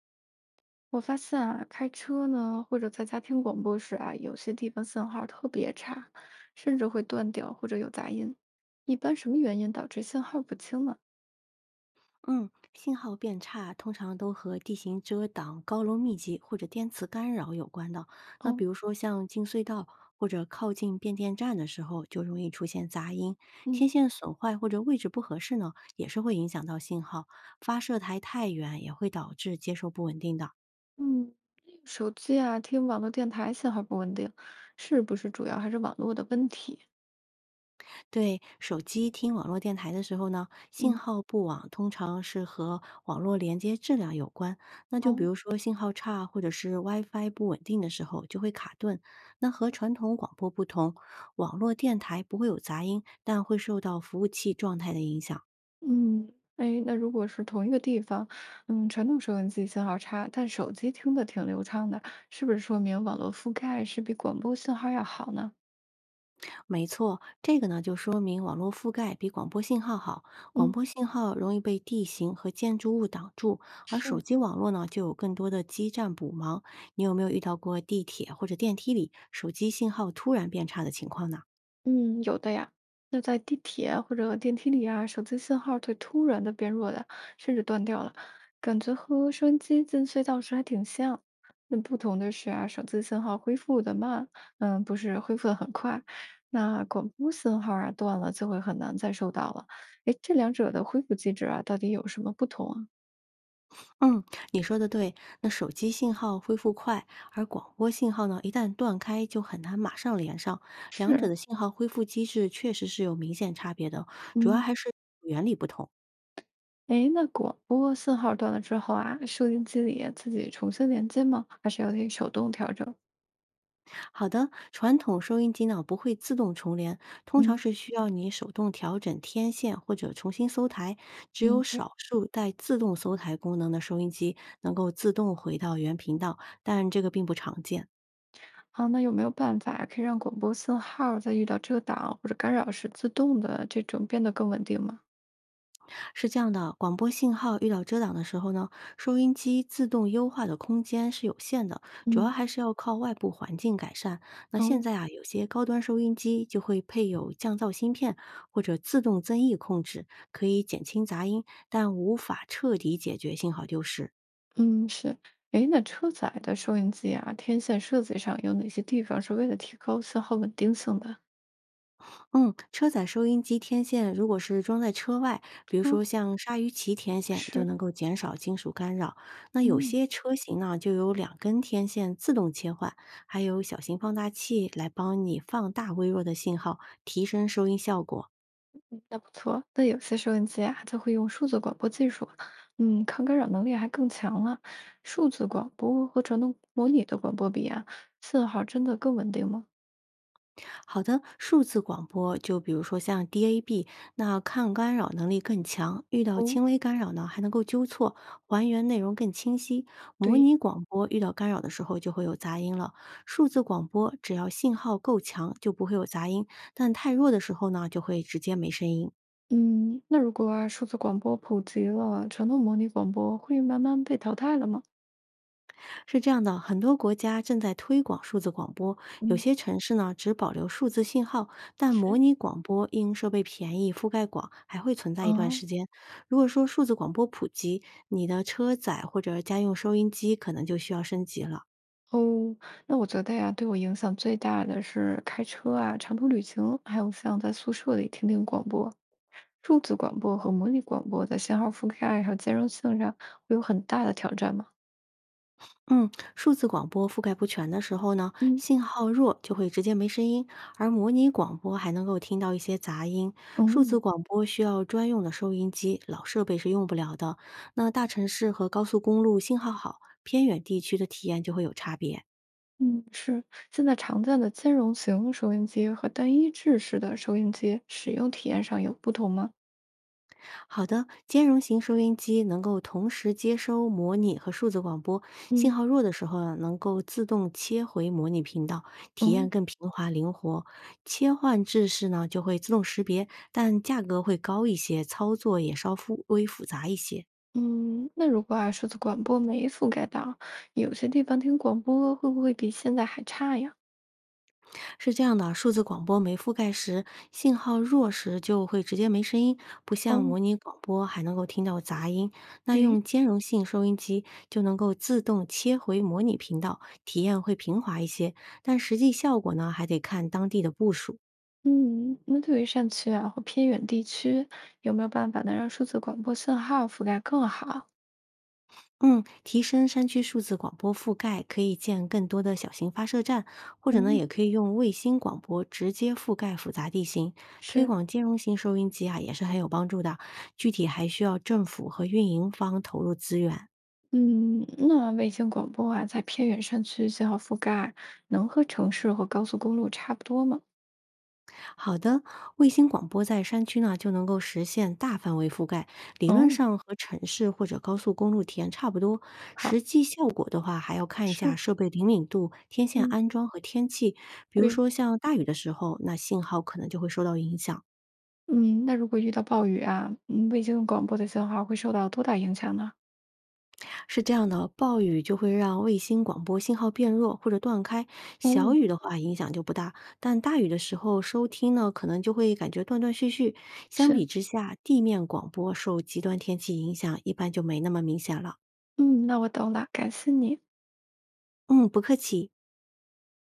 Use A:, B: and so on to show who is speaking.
A: 我发现啊，开车呢，或者在家听广播时啊，有些地方信号特别差，甚至会断掉或者有杂音。一般什么原因导致信号不清呢？
B: 嗯，信号变差通常都和地形遮挡、高楼密集或者电磁干扰有关的。那比
A: 哦，
B: 如说像进隧道或者靠近变电站的时候，就容易出现杂音；
A: 嗯
B: 天线损坏或者位置不合适呢，也是会影响到信号。发射台太远也会导致接收不稳定的。
A: 嗯，手机啊，听网络电台信号不稳定，是不是主要还是网络的问题？
B: 对，手机听网络电台的时候呢，信
A: 嗯
B: 号不网通常是和网络连接质量有关。那就比
A: 哦
B: 如说信号差或者是 WiFi 不稳定的时候就会卡顿。那和传统广播不同，网络电台不会有杂音，但会受到服务器状态的影响。
A: 嗯，哎，那如果是同一个地方，传统收音机信号差，但手机听的挺流畅的，是不是说明网络覆盖是比广播信号要好呢？
B: 没错，这个呢就说明网络覆盖比广播信号好。广
A: 嗯，
B: 播信号容易被地形和建筑物挡住，而
A: 是
B: 手机网络呢就有更多的基站补盲。你有没有遇到过地铁或者电梯里手机信号突然变差的情况呢？
A: 嗯，有的呀。那在地铁啊或者电梯里啊，手机信号会突然的变弱的，甚至断掉了，感觉和收音机进隧道时还挺像。那不同的是啊，手机信号恢复的慢，不是恢复的很快。那广播信号啊断了，就会很难再收到了。诶，这两者的恢复机制啊，到底有什么不同啊？
B: 嗯，你说的对。那手机信号恢复快，而广播信号呢一旦断开就很难马上连上。两者
A: 是，
B: 的信号恢复机制确实是有明显差别的哦，主要
A: 嗯，
B: 还是原理不同。
A: 诶，那广播信号断了之后啊，收音机里自己重新连接吗？还是要得手动调整？
B: 好的，传统收音机呢不会自动重连，通常
A: 嗯。
B: 是需要你手动调整天线或者重新搜台。只有
A: 嗯，对。
B: 少数带自动搜台功能的收音机能够自动回到原频道，但这个并不常见。
A: 好，那有没有办法可以让广播信号在遇到遮挡或者干扰时自动的这种变得更稳定吗？
B: 是这样的，广播信号遇到遮挡的时候呢，收音机自动优化的空间是有限的，主要
A: 嗯，
B: 还是要靠外部环境改善。那现
A: 哦，
B: 在啊，有些高端收音机就会配有降噪芯片或者自动增益控制，可以减轻杂音，但无法彻底解决信号丢失。
A: 嗯，是。诶，那车载的收音机啊，天线设计上有哪些地方是为了提高信号稳定性的？
B: 嗯，车载收音机天线如果是装在车外，比如
A: 嗯
B: 说像鲨鱼鳍天线，就
A: 是，
B: 能够减少金属干扰。那有
A: 嗯
B: 些车型呢，就有两根天线自动切换，还有小型放大器来帮你放大微弱的信号，提升收音效果。
A: 嗯那不错。那有些收音机啊，它会用数字广播技术，抗干扰能力还更强了。数字广播和传统模拟的广播比啊，信号真的更稳定吗？
B: 好的，数字广播就比如说像 DAB，那抗干扰能力更强，遇到
A: 哦，
B: 轻微干扰呢还能够纠错，还原内容更清晰。模
A: 对
B: 拟广播遇到干扰的时候就会有杂音了，数字广播只要信号够强就不会有杂音，但太弱的时候呢就会直接没声音。
A: 嗯，那如果啊，数字广播普及了，传统模拟广播会慢慢被淘汰了吗？
B: 是这样的，很多国家正在推广数字广播，有
A: 嗯，
B: 些城市呢只保留数字信号，但模
A: 是，
B: 拟广播因设备便宜、覆盖广，还会存在一段
A: 啊，
B: 时间。如果说数字广播普及，你的车载或者家用收音机可能就需要升级了。
A: 哦，那我觉得呀，对我影响最大的是开车啊、长途旅行，还有像在宿舍里听听广播。数字广播和模拟广播在信号覆盖还有兼容性上会有很大的挑战吗？
B: 嗯，数字广播覆盖不全的时候呢，
A: 嗯
B: 信号弱就会直接没声音，而模拟广播还能够听到一些杂音。数
A: 哦，
B: 字广播需要专用的收音机，老设备是用不了的。那大城市和高速公路信号好，偏远地区的体验就会有差别。
A: 嗯，是。现在常见的兼容型收音机和单一制式的收音机使用体验上有不同吗？
B: 好的，兼容型收音机能够同时接收模拟和数字广播，信
A: 嗯。
B: 号弱的时候呢能够自动切回模拟频道，体验
A: 哦。
B: 更平滑灵活。切换制式呢就会自动识别，但价格会高一些，操作也稍复微复杂一些。
A: 嗯，那如果啊，数字广播没覆盖到，有些地方听广播会不会比现在还差呀？
B: 是这样的，数字广播没覆盖时，信号弱时就会直接没声音，不像
A: 哦，
B: 模拟广播还能够听到杂音。那
A: 对于，
B: 用兼容性收音机就能够自动切回模拟频道，体验会平滑一些，但实际效果呢，还得看当地的部署。
A: 嗯，那对于山区啊或偏远地区，有没有办法能让数字广播信号覆盖更好？
B: 嗯，提升山区数字广播覆盖，可以建更多的小型发射站，或者呢，
A: 嗯，
B: 也可以用卫星广播直接覆盖复杂地形，推
A: 是，
B: 广兼容型收音机啊，也是很有帮助的。具体还需要政府和运营方投入资源。
A: 嗯，那卫星广播啊，在偏远山区信号覆盖能和城市和高速公路差不多吗？
B: 好的，卫星广播在山区呢就能够实现大范围覆盖，理论
A: 哦，
B: 上和城市或者高速公路体验差不多。实
A: 好，
B: 际效果的话，还要看一下
A: 是，
B: 设备灵敏度、天线
A: 嗯，
B: 安装和天气。比如
A: 对，
B: 说像大雨的时候，那信号可能就会受到影响。
A: 嗯，那如果遇到暴雨啊，卫星广播的信号会受到多大影响呢？
B: 是这样的，暴雨就会让卫星广播信号变弱或者断开，小
A: 哦。
B: 雨的话影响就不大，但大雨的时候收听呢，可能就会感觉断断续续。相比
A: 是，
B: 之下，地面广播受极端天气影响，一般就没那么明显了。
A: 嗯，那我懂了，感谢你。
B: 嗯，不客气。